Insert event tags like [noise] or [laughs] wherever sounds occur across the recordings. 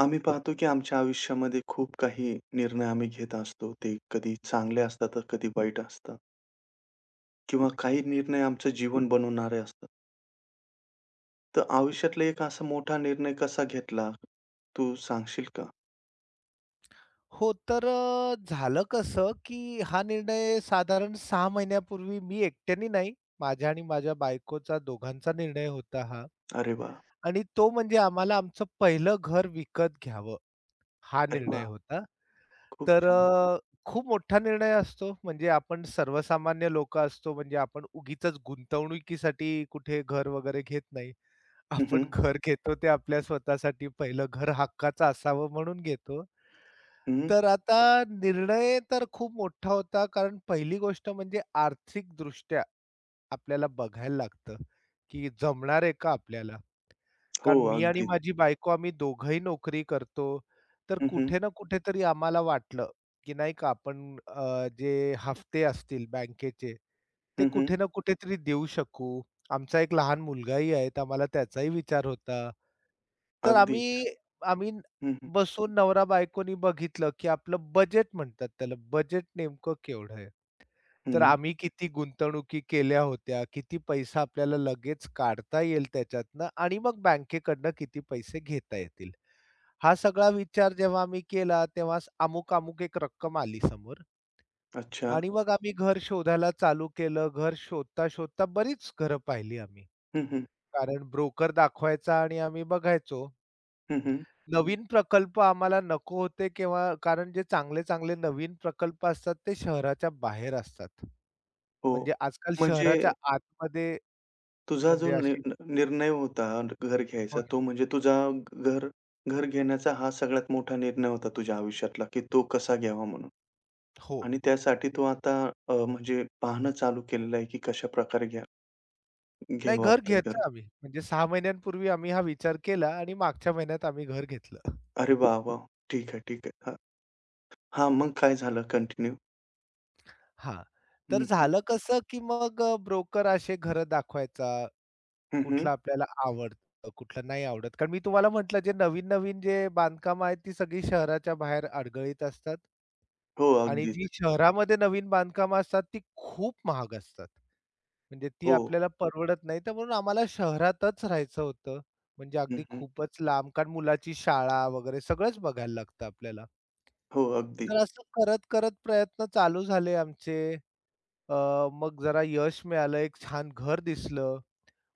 आम्ही पाहतो की आमच्या आयुष्यामध्ये खूप काही निर्णय आम्ही घेत असतो. ते कधी चांगले असतात, तर कधी वाईट असतात किंवा काही निर्णय आमचं जीवन बनवणारे असतात. तर आयुष्यातला एक असा मोठा निर्णय कसा घेतला, तू सांगशील का? हो, तर झालं कसं, की हा निर्णय साधारण 6 महिन्यापूर्वी मी एकट्याने नाही, माझ्या आणि माझ्या बायकोचा दोघांचा निर्णय होता हा. अरे वाह! आणि तो म्हणजे आम्हाला आमचं पहिलं घर विकत घ्यावं, हा अरे निर्णय वाह! होता. खूप तर छान. खूप मोठा निर्णय असतो, म्हणजे आपण सर्वसामान्य लोकं असतो, म्हणजे आपण उगीचच गुंतवणुकीसाठी कुठे घर वगैरे घेत नाही. हं, आपण हं. घर घेतो ते आपल्या स्वतःसाठी, पहिलं घर हक्काचं असावं म्हणून घेतो. हं. तर आता निर्णय तर खूप मोठा होता. कारण पहिली गोष्ट म्हणजे आर्थिकदृष्ट्या आपल्याला बघायला लागतं, की जमणार आहे का आपल्याला? हो, कारण मी आणि अगदीच. माझी बायको आम्ही दोघंही नोकरी करतो. तर हं, हं. कुठे ना कुठेतरी आम्हाला वाटलं, की नाही का आपण जे हफ्ते असतील बँकेचे, ते हं, हं. कुठे ना कुठेतरी देऊ शकू. आमचा एक लहान मुलगाही आहे, तर आम्हाला त्याचाही विचार होता. तर अगदीच. आम्ही आम्ही हं, हं. बसून नवरा-बायकोनी बघितलं, की आपलं बजेट म्हणतात त्याला, बजेट नेमकं केवढं आहे? तर हं. आम्ही किती गुंतवणुकी केल्या होत्या, किती पैसा आपल्याला लगेच काढता येईल त्याच्यातनं आणि मग बँकेकडनं किती पैसे घेता येतील. हा सगळा विचार जेव्हा आम्ही केला, तेव्हा अमुक-अमुक एक रक्कम आली समोर अच्छा. आणि मग आम्ही घर शोधायला चालू केलं. घर शोधता-शोधता बरीच घरं पाहिली आम्ही. हं, हं. कारण ब्रोकर दाखवायचा आणि आम्ही बघायचो. हं, हं. नवीन प्रकल्प आम्हाला नको होते किंवा कारण जे चांगले-चांगले नवीन प्रकल्प असतात ते शहराच्या बाहेर असतात. हो. म्हणजे आजकाल म्हणजे शहराच्या आतमध्ये तुझा जो म्हणजे नि अशी निर्णय होता घर घ्यायचा, हो ना. तो म्हणजे तुझा घर घर घेण्याचा हा सगळ्यात मोठा निर्णय होता तुझ्या आयुष्यातला, की तो कसा घ्यावा म्हणून. हो. आणि त्यासाठी तू आता म्हणजे पाहणं चालू केलेलं आहे, की कशाप्रकारे नाही घ्यावं घर ते घर. घेतलं आम्ही. म्हणजे 6 महिन्यांपूर्वी आम्ही हा विचार केला आणि मागच्या महिन्यात आम्ही घर घेतलं. अरे वाह! वाह! ठीक आहे, ठीक आहे. हां, हां, मग काय झालं कंटिन्यू? हां. हं, तर हं. झालं कसं, की मग ब्रोकर असे घरं दाखवायचा, हं, कुठलं आपल्याला आवडतं, कुठलं नाही आवडत. कारण मी तुम्हाला म्हटलं जे नवीन-नवीन जे बांधकामं आहेत ती सगळी शहराच्या बाहेर अडगळीत असतात. हो, आणि अगदीच. जी शहरामध्ये नवीन बांधकामं असतात ती खूप महाग असतात. म्हणजे ती हो. आपल्याला परवडत नाही. तर म्हणून आम्हाला शहरातच राहायचं होतं. म्हणजे हं, अगदी हं. खूपच लांब कारण मुलाची शाळा वगैरे सगळंच बघायला लागतं आपल्याला. हो, अगदी. तर असं करत-करत प्रयत्न चालू झाले आमचे. अ, मग जरा यश मिळालं, एक छान घर दिसलं.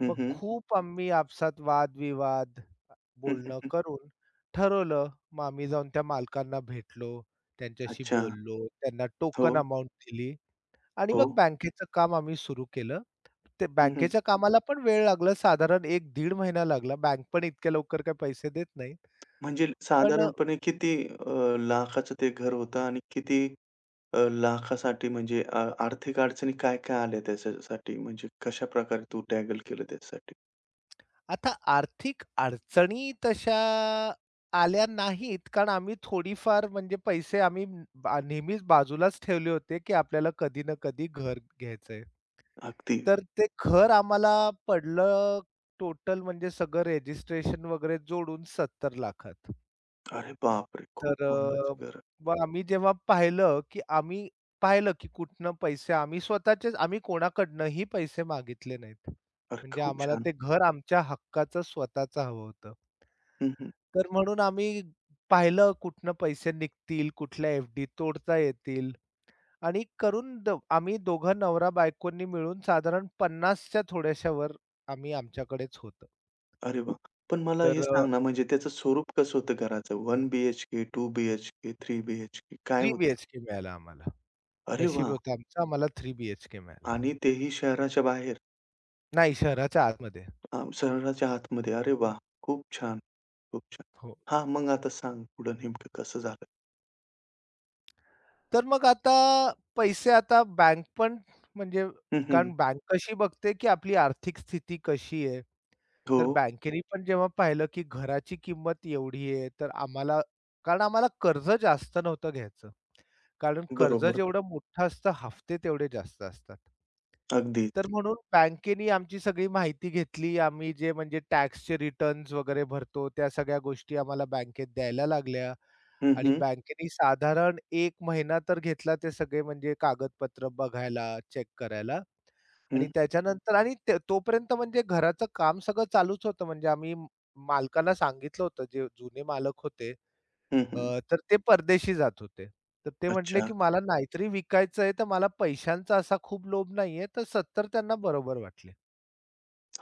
हं, मग हं. खूप आम्ही आपसात वाद बोलणं हं, करून ठरवलं. मग आम्ही जाऊन त्या मालकांना भेटलो, त्यांच्याशी अच्छा. बोललो, त्यांना हो, टोकन अमाउंट दिली आणि हो. मग बँकेचं काम आम्ही सुरू केलं. ते हं, बँकेच्या कामाला पण वेळ लागला साधारण एक दीड महिना लागला. बँक पण इतक्या लवकर काही पैसे देत नाही. म्हणजे पण अ, साधारणपणे किती लाखाचं ते घर होतं आणि किती अ, लाखासाठी म्हणजे अ, आर्थिक अडचणी काय-काय आल्या त्याच्यासाठी? म्हणजे कशाप्रकारे तू टॅगल केलं त्याच्यासाठी? आता आर्थिक अडचणी तशा आल्या नाहीत, कारण आम्ही थोडीफार म्हणजे पैसे आम्ही नेहमीच बाजूलाच ठेवले होते, की आपल्याला कधी ना कधी घर घ्यायचंय. अगदी. तर ते खर आम्हाला पडलं टोटल म्हणजे सगळं रेजिस्ट्रेशन वगैरे जोडून 70 लाखात. अरे बापरे! खूप तर महागाचं घर. मग आम्ही जेव्हा पाहिलं, की आम्ही पाहिलं, की कुठनं पैसे आम्ही स्वतःचेच आम्ही कोणाकडनंही पैसे मागितले नाहीत. अरे म्हणजे खूप आम्हाला छान. ते घर आमच्या हक्काचं स्वतःचं हवं होतं. हं, हं. तर म्हणून आम्ही पाहिलं कुठनं पैसे निघतील, कुठल्या एफ-डी तोडता येतील. आणि करून द आम्ही दोघं नवरा-बायकोंनी मिळून साधारण 50च्या थोड्याशा वर आम्ही आमच्याकडेच होतं. अरे वाह! पण मला तर हे सांग ना म्हणजे त्याचं स्वरूप कसं होतं घराचं? 1 बीएचके, 2 बीएचके, 3 बीएचके काय 3 होतं? बी-एच-के मिळाला आम्हाला. अरे नशीब वाह! होतं आमचं आम्हाला थ्री बी-एच-के मिळाला. आणि तेही शहराच्या बाहेर, नाही शहराच्या आतमध्ये. अ, शहराच्या आतमध्ये. अरे वाह! खूप छान. खूप छान. हो. हां, मग आता सांग पुढं नेमकं कसं झालं? तर मग आता पैसे आता बँक पण म्हणजे हं, हं. कारण बँक कशी बघते, की आपली आर्थिक स्थिती कशी आहे. हो, तर बँकेने पण जेव्हा पाहिलं, की घराची किंमत एवढी आहे, तर आम्हाला कारण आम्हाला कर्ज जास्त नव्हतं घ्यायचं. कारण कर्ज बरोबर. जेवढं मोठं असतं, हफ्ते तेवढे जास्त असतात. तर अगदीच. म्हणून बँकेनी आमची सगळी माहिती घेतली. आम्ही जे म्हणजे टॅक्सचे रिटर्न्स वगैरे भरतो, त्या सगळ्या गोष्टी आम्हाला बँकेत द्यायला लागल्या हं, आणि हं. बँकेने साधारण एक महिना तर घेतला ते सगळे म्हणजे कागदपत्र बघायला, चेक करायला आणि हं. त्याच्यानंतर आणि ते तोपर्यंत म्हणजे घराचं काम सगळं चालूच होतं. म्हणजे आम्ही मालकाला सांगितलं होतं, जे जुने मालक होते हं, हं. तर ते परदेशी जात होते. तर ते म्हटले, अच्छा. की मला नाहीतरी विकायचं आहे, तर मला पैशांचा असा खूप लोभ नाहीये. तर 70 त्यांना बरोबर वाटले.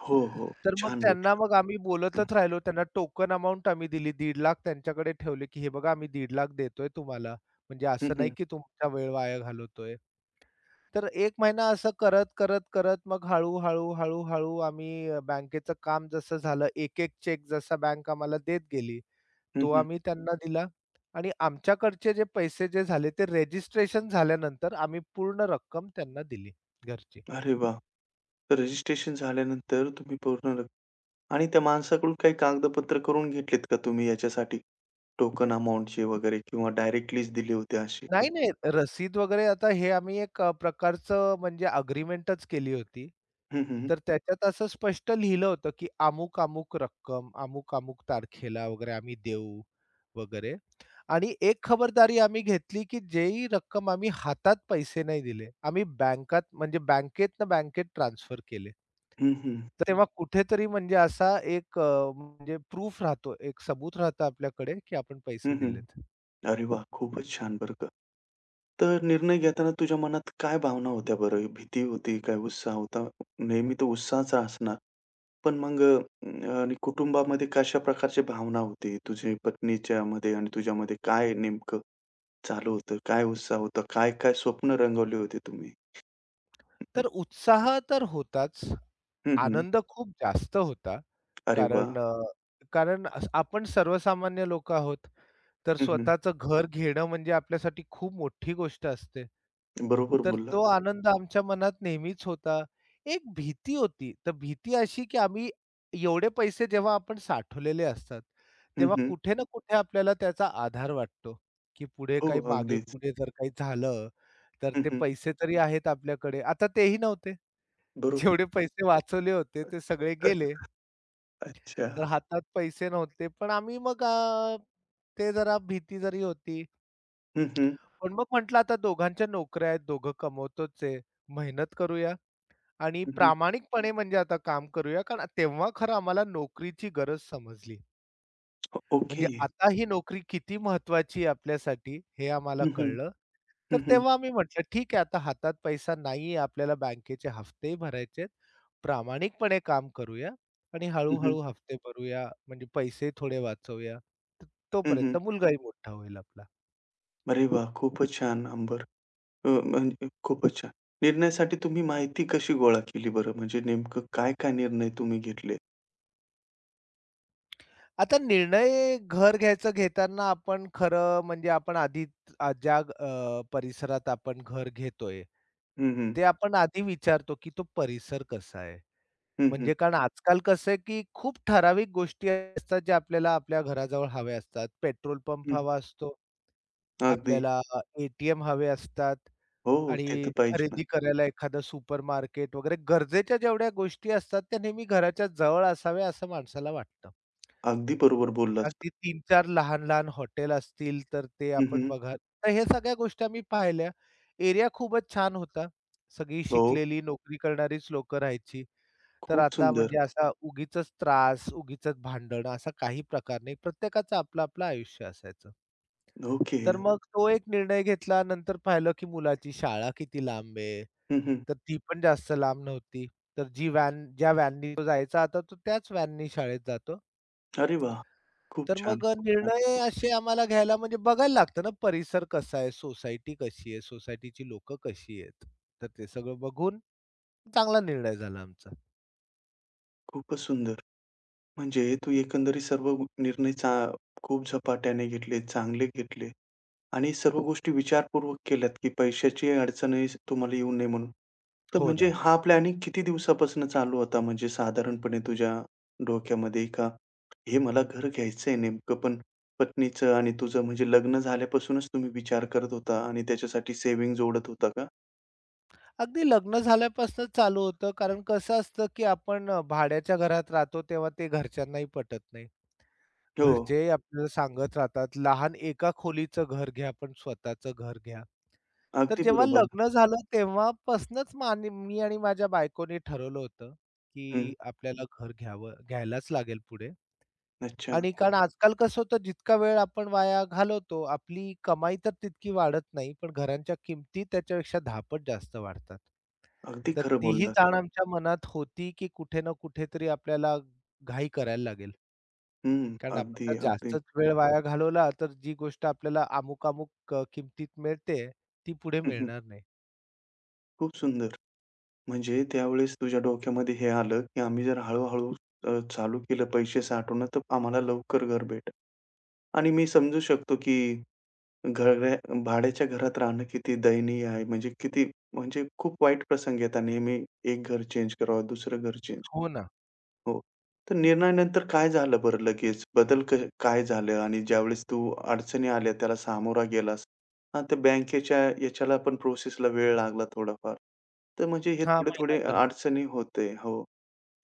हो, हो. तर मग छान त्यांना भेटलं. मग आम्ही हं, बोलतच राहिलो. त्यांना टोकन अमाउंट आम्ही दिली. 1,50,000 त्यांच्याकडे ठेवले, की हे बघा आम्ही 1,50,000 देतोय तुम्हाला. म्हणजे हं, असं नाही, हं. की तुमचा वेळ वाया घालवतोय. तर 1 महिना असं करत मग हळू-हळू आम्ही बँकेचं काम जसं झालं, एक-एक चेक जसा बँक आम्हाला देत गेली, हं, तो हं. आम्ही त्यांना दिला आणि आमच्याकडचे जे पैसे झाले ते रजिस्ट्रेशन झाल्यानंतर आम्ही पूर्ण रक्कम त्यांना दिली घरची. अरे वाह! तर रजिस्ट्रेशन झाल्यानंतर तुम्ही पूर्ण रक आणि त्या माणसाकडून काही कागदपत्र करून घेतलेत का तुम्ही याच्यासाठी? टोकन अमाउंटचे वगैरे किंवा डायरेक्टलीच दिले होते असे काही? नाही, नाही. रसीद वगैरे आता हे आम्ही एक प्रकारचं म्हणजे अग्रीमेंटच केली होती. हं, हं. तर त्याच्यात असं स्पष्ट लिहिलं होतं, की अमुक-अमुक रक्कम, अमुक-अमुक तारखेला वगैरे आम्ही देऊ वगैरे. आणि एक खबरदारी आम्ही घेतली, की जेही रक्कम आम्ही हातात पैसे नाही दिले. आम्ही बँकात म्हणजे बँकेतनं बँकेत ट्रान्सफर केले. हं, हं. तर तेव्हा कुठेतरी म्हणजे असा एक म्हणजे प्रूफ राहतो, एक सबूत राहतं आपल्याकडे, की आपण हं, पैसे हं. दिलेत. अरे वाह! खूपच छान बरं का. तर निर्णय घेताना तुझ्या मनात काय भावना होत्या बरं? भीती होती, काय उत्साह होता? नेहमी तो उत्साहच असणार. पण मग अ, आणि कुटुंबामध्ये कशा प्रकारची भावना होती? तुझी पत्नीच्यामध्ये आणि तुझ्यामध्ये काय नेमकं चालू होतं? काय उत्साह होता? काय-काय स्वप्न रंगवली होती तुम्ही? हं, हं. तर उत्साह तर होताच. हं, हं. आनंद खूप जास्त होता. अरे वाह! कारण अ, कारण अस- आपण सर्वसामान्य लोकं आहोत. तर हं, हं. स्वतःचं घर घेणं म्हणजे आपल्यासाठी खूप मोठी गोष्ट असते. बरोबर तर बोलला. तो आनंद आमच्या मनात नेहमीच होता. एक भीती होती. तर भीती अशी की आम्ही एवढे पैसे जेव्हा आपण साठवलेले असतात, हं, तेव्हा हं. कुठे ना कुठे आपल्याला त्याचा आधार वाटतो, की पुढे हो, काही मागे अगदीच. पुढे जर काही झालं, तर हं, ते हं. पैसे तरी आहेत आपल्याकडे. आता तेही नव्हते. बरोबर. जेवढे पैसे वाचवले होते ते सगळे गेले. [laughs] अच्छा. तर हातात पैसे नव्हते. पण आम्ही मग अ, ते जरा भीती जरी होती. हं, हं. पण मग म्हटलं आता दोघांच्या नोकऱ्या आहेत, दोघं कमवतोच आहे. मेहनत करूया आणि हं, हं. प्रामाणिकपणे म्हणजे आता काम करूया. कारण तेव्हा खरं आम्हाला नोकरीची गरज समजली. ओके. म्हणजे आता ही नोकरी किती महत्वाची आहे आपल्यासाठी हे आम्हाला हं, हं. कळलं. तर हं, हं. तेव्हा आम्ही म्हटलं, "ठीक आहे, आता हातात पैसा नाहीये, आपल्याला बँकेचे हफ्तेही भरायचे आहेत. प्रामाणिकपणे काम करूया आणि हं, हं. हळू-हळू हफ्ते भरूया, म्हणजे पैसे थोडे वाचवूया." तर तोपर्यंत मुलगाही मोठा होईल आपला. अरे वाह! खूपच छान अंबर. म्हणजे खूपच छान. निर्णयासाठी तुम्ही माहिती कशी गोळा केली बरं? म्हणजे नेमकं काय-काय निर्णय तुम्ही घेतले? आता निर्णय घर घ्यायचं घेताना आपण खरं म्हणजे आपण आधी ज्या परिसरात आपण घर घेतोय, हं, हं. ते आपण आधी विचारतो, की तो परिसर कसा आहे? हं, हं. म्हणजे कारण आजकाल कसं आहे, की खूप ठराविक गोष्टी असतात ज्या आपल्याला आपल्या घराजवळ हव्या असतात. पेट्रोल पंप हं. हवा असतो, अगदी. आपल्याला ए-टी-एम हवे असतात हो, हो. ते तर आणि पाहिजे ना. खरेदी करायला एखादं सुपरमार्केट वगैरे गरजेच्या जेवढ्या गोष्टी असतात त्या नेहमी घराच्या जवळ असाव्या असं माणसाला वाटतं. अगदी बरोबर बोललात. अगदी तीन चार लहान-लहान हॉटेल असतील, तर ते हं, आपण हं. बघा. तर ह्या सगळ्या गोष्टी आम्ही पाहिल्या. एरिया खूपच छान होता. सगळी हो. शिकलेली, नोकरी करणारीच लोकं राहायची. तर खूप आता सुंदर. म्हणजे असा उगीचच त्रास, उगीचच भांडण असा काही प्रकार नाही. प्रत्येकाचं आपलं-आपलं आयुष्य असायचं. ओके. तर मग तो एक निर्णय घेतला. नंतर पाहिलं, की मुलाची शाळा किती लांब आहे. हं, हं. तर ती पण जास्त लांब नव्हती. तर जी व्हॅन ज्या व्हॅननी तो जायचा आता, तो त्याच व्हॅननी शाळेत जातो. अरे वाह! खूप तर छान, मग खूप छान. निर्णय असे आम्हाला घ्यायला म्हणजे बघायला लागतं ना परिसर कसा आहे, सोसायटी कशी आहे, सोसायटीची लोकं कशी आहेत. तर ते सगळं बघून चांगला निर्णय झाला आमचा. खूपच सुंदर. म्हणजे तू एकंदरीत सर्व निर्णय चा खूप झपाट्याने घेतले, चांगले घेतले. आणि सर्व गोष्टी विचारपूर्वक केल्यात, की पैशाची अडचणही तुम्हाला येऊ नये म्हणून. तर हो म्हणजे ना. हा प्लॅनिंग किती दिवसापासून चालू होता? म्हणजे साधारणपणे तुझ्या डोक्यामध्ये का हे मला घर घ्यायचंय नेमकं पण पत्नीचं आणि तुझं म्हणजे लग्न झाल्यापासूनच तुम्ही विचार करत होता आणि त्याच्यासाठी सेव्हिंग जोडत होता का? अगदी लग्न झाल्यापासून चालू होतं कारण कसं असतं, की आपण भाड्याच्या घरात राहतो तेव्हा ते घरच्यांनाही पटत नाही. हो. घरचे आपल्याला सांगत राहतात, लहान एका खोलीचं घर घ्या, पण स्वतःचं घर घ्या. तर अगदी जेव्हा बरोबर. लग्न झालं तेव्हापासनंच मी आणि माझ्या बायकोनी ठरवलं होतं, हं. की आपल्याला घर घ्यावं घ्यायलाच लागेल पुढे अच्छा. आणि कारण आजकाल कसं होतं जितका वेळ आपण वाया घालवतो, आपली कमाई तर तितकी वाढत नाही, पण घरांच्या किमती त्याच्यापेक्षा 10 जास्त वाढतात. अगदी तर खरं तीही बोललात. जाण आमच्या मनात होती, की कुठे ना कुठेतरी आपल्याला घाई करायला लागेल. हं. कारण आपण अगदी, जर अगदी. जास्तच वेळ वाया घालवला, तर जी गोष्ट आपल्याला अमुक-अमुक किमतीत मिळते, ती पुढे हं, हं. मिळणार नाही. खूप सुंदर. म्हणजे त्यावेळेस तुझ्या डोक्यामध्ये हे आलं, की आम्ही जर हळू-हळू चालू केलं पैसे साठवणं, तर आम्हाला लवकर घर भेटेल. आणि मी समजू शकतो, की घरा भाड्याच्या घरात राहणं किती दयनीय आहे. म्हणजे किती म्हणजे खूप वाईट प्रसंग येतात नेहमी एक घर चेंज करावं, दुसरं घर चेंज हो ना. हो. तर निर्णयानंतर काय झालं बरं लगेच? बदल क काय झालं? आणि ज्यावेळेस तू अडचणी आल्या त्याला सामोरा गेलास. हां, तर बँकेच्या याच्याला पण प्रोसेसला वेळ लागला थोडाफार. तर म्हणजे हे हां, थोडे-थोडे महिनाभर. अडचणी होते. हो.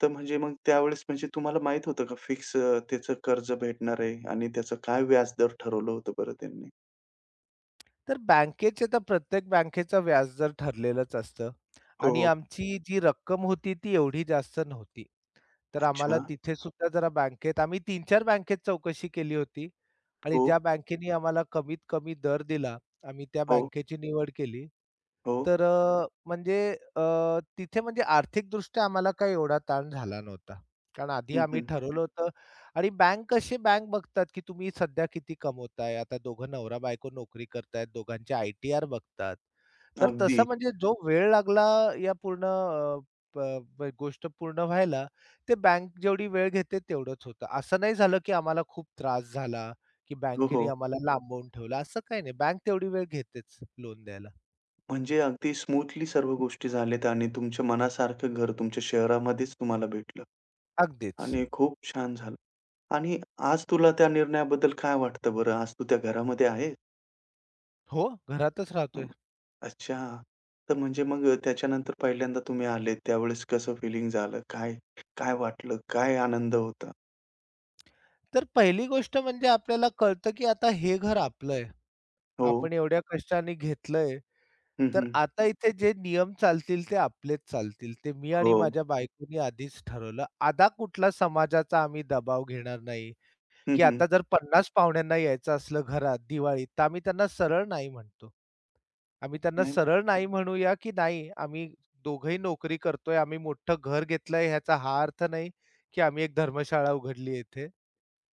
तर म्हणजे मग त्यावेळेस म्हणजे तुम्हाला माहीत होतं का फिक्स त्याचं कर्ज भेटणार आहे आणि त्याचं काय व्याजदर ठरवलं होतं बरं त्यांनी? तर बँकेचे तर प्रत्येक बँकेचं व्याज दर ठरलेलंच असतं हो, आणि हो. आमची जी रक्कम होती, ती एवढी जास्त नव्हती. तर अच्छा. आम्हाला तिथे सुद्धा जरा बँकेत आम्ही 3-4 बँकेत चौकशी केली होती आणि हो, ज्या बँकेने आम्हाला कमीत कमी दर दिला, आम्ही त्या हो, बँकेची निवड केली. हो. तर अ, म्हणजे अ, तिथे म्हणजे आर्थिकदृष्ट्या आम्हाला काही एवढा ताण झाला नव्हता. कारण आधी हं, आम्ही हं. ठरवलं होतं आणि बँक बघतात, की तुम्ही सध्या किती कमवताय. आता दोघं नवरा-बायको नोकरी करतायत, दोघांचे आय-टी-आर बघतात. तर अगदी. तसं म्हणजे जो वेळ लागला या पूर्ण अ, प प गोष्ट पूर्ण व्हायला, ते बँक जेवढी वेळ घेते तेवढंच होतं. असं नाही झालं, की आम्हाला खूप त्रास झाला, की हो, बँकेने हो. आम्हाला लांबवून ठेवलं, असं काही नाही. बँक तेवढी वेळ घेतेच लोन द्यायला. म्हणजे अगदी स्मूथली सर्व गोष्टी झाल्यात आणि तुमच्या मनासारखं घर तुमच्या शहरामध्येच तुम्हाला भेटलं अगदीच. आणि खूप छान झालं. आणि आज तुला त्या निर्णयाबद्दल काय वाटतं बरं? आज तू त्या घरामध्ये आहेस? हो, घरातच हं. राहतोय. अच्छा. तर म्हणजे मग त्याच्यानंतर पहिल्यांदा तुम्ही आलेत त्यावेळेस कसं फिलिंग झालं? काय काय वाटलं? काय आनंद होता? तर पहिली गोष्ट म्हणजे आपल्याला कळतं, की आता हे घर आपलं आहे. हो. आपण एवढ्या कष्टाने घेतलंय, हं, तर हं. आता इथे जे नियम चालतील ते आपलेच चालतील. ते मी हो. आणि माझ्या बायकोनी आधीच ठरवलं. आता कुठला समाजाचा आम्ही दबाव घेणार नाही, हं, की हं. आता जर 50 पाहुण्यांना यायचं असलं घरात दिवाळीत, तर आम्ही त्यांना सरळ नाही म्हणतो. आम्ही त्यांना नाही. सरळ नाही म्हणूया, की नाही आम्ही दोघंही नोकरी करतोय, आम्ही मोठं घर घेतलंय ह्याचा हा अर्थ नाही, की आम्ही एक धर्मशाळा उघडली आहे इथे.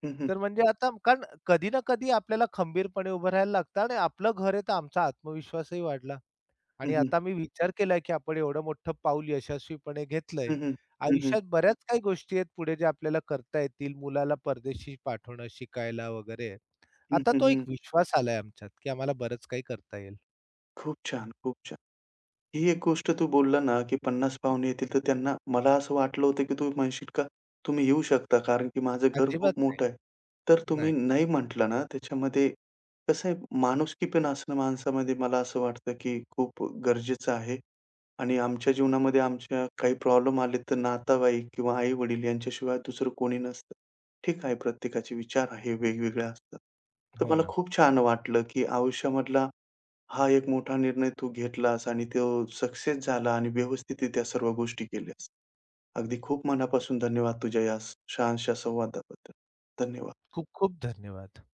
हं, हं. तर म्हणजे आता कारण कधी ना कधी आपल्याला खंबीरपणे उभं राहायला लागतं आणि आपलं घर आहे तर आमचा आत्मविश्वासही वाढला हं, आणि हं. आता मी विचार केलाय, की आपण एवढं मोठं पाऊल यशस्वीपणे घेतलंय. हं, हं. हं, हं. आयुष्यात बऱ्याच काही गोष्टी आहेत पुढे ज्या आपल्याला करता येतील. मुलाला परदेशी पाठवणं, शिकायला वगैरे. हं, आता तो हं. एक हं. विश्वास आलाय आमच्यात, की आम्हाला बरंच काही करता येईल. खूप छान, खूप छान. ही एक गोष्ट तू बोलला ना, की पन्नास पाहुणे येतील, तर त्यांना मला असं वाटलं होतं, की तू म्हणशील का, "तुम्ही येऊ शकता, कारण की माझं घर अजिबात खूप मोठं आहे." तर तुम्ही नाही. नाही म्हटलं ना, त्याच्यामध्ये कसं आहे, माणुसकी पण असणं माणसामध्ये मला असं वाटतं, की खूप गरजेचं आहे. आणि आमच्या जीवनामध्ये आमच्या काही प्रॉब्लेम आले, तर नातेवाईक किंवा आई-वडील यांच्याशिवाय दुसरं कोणी नसतं. ठीक आहे, प्रत्येकाचे विचार हे वेगवेगळे असतात. तर हो मला ना. खूप छान वाटलं, की आयुष्यामधला हा एक मोठा निर्णय तू घेतलास आणि तो सक्सेस झाला आणि व्यवस्थित त्या सर्व गोष्टी केल्यास. अगदी खूप मनापासून धन्यवाद तुझ्या या छानशा संवादाबद्दल. धन्यवाद. खूप खूप धन्यवाद.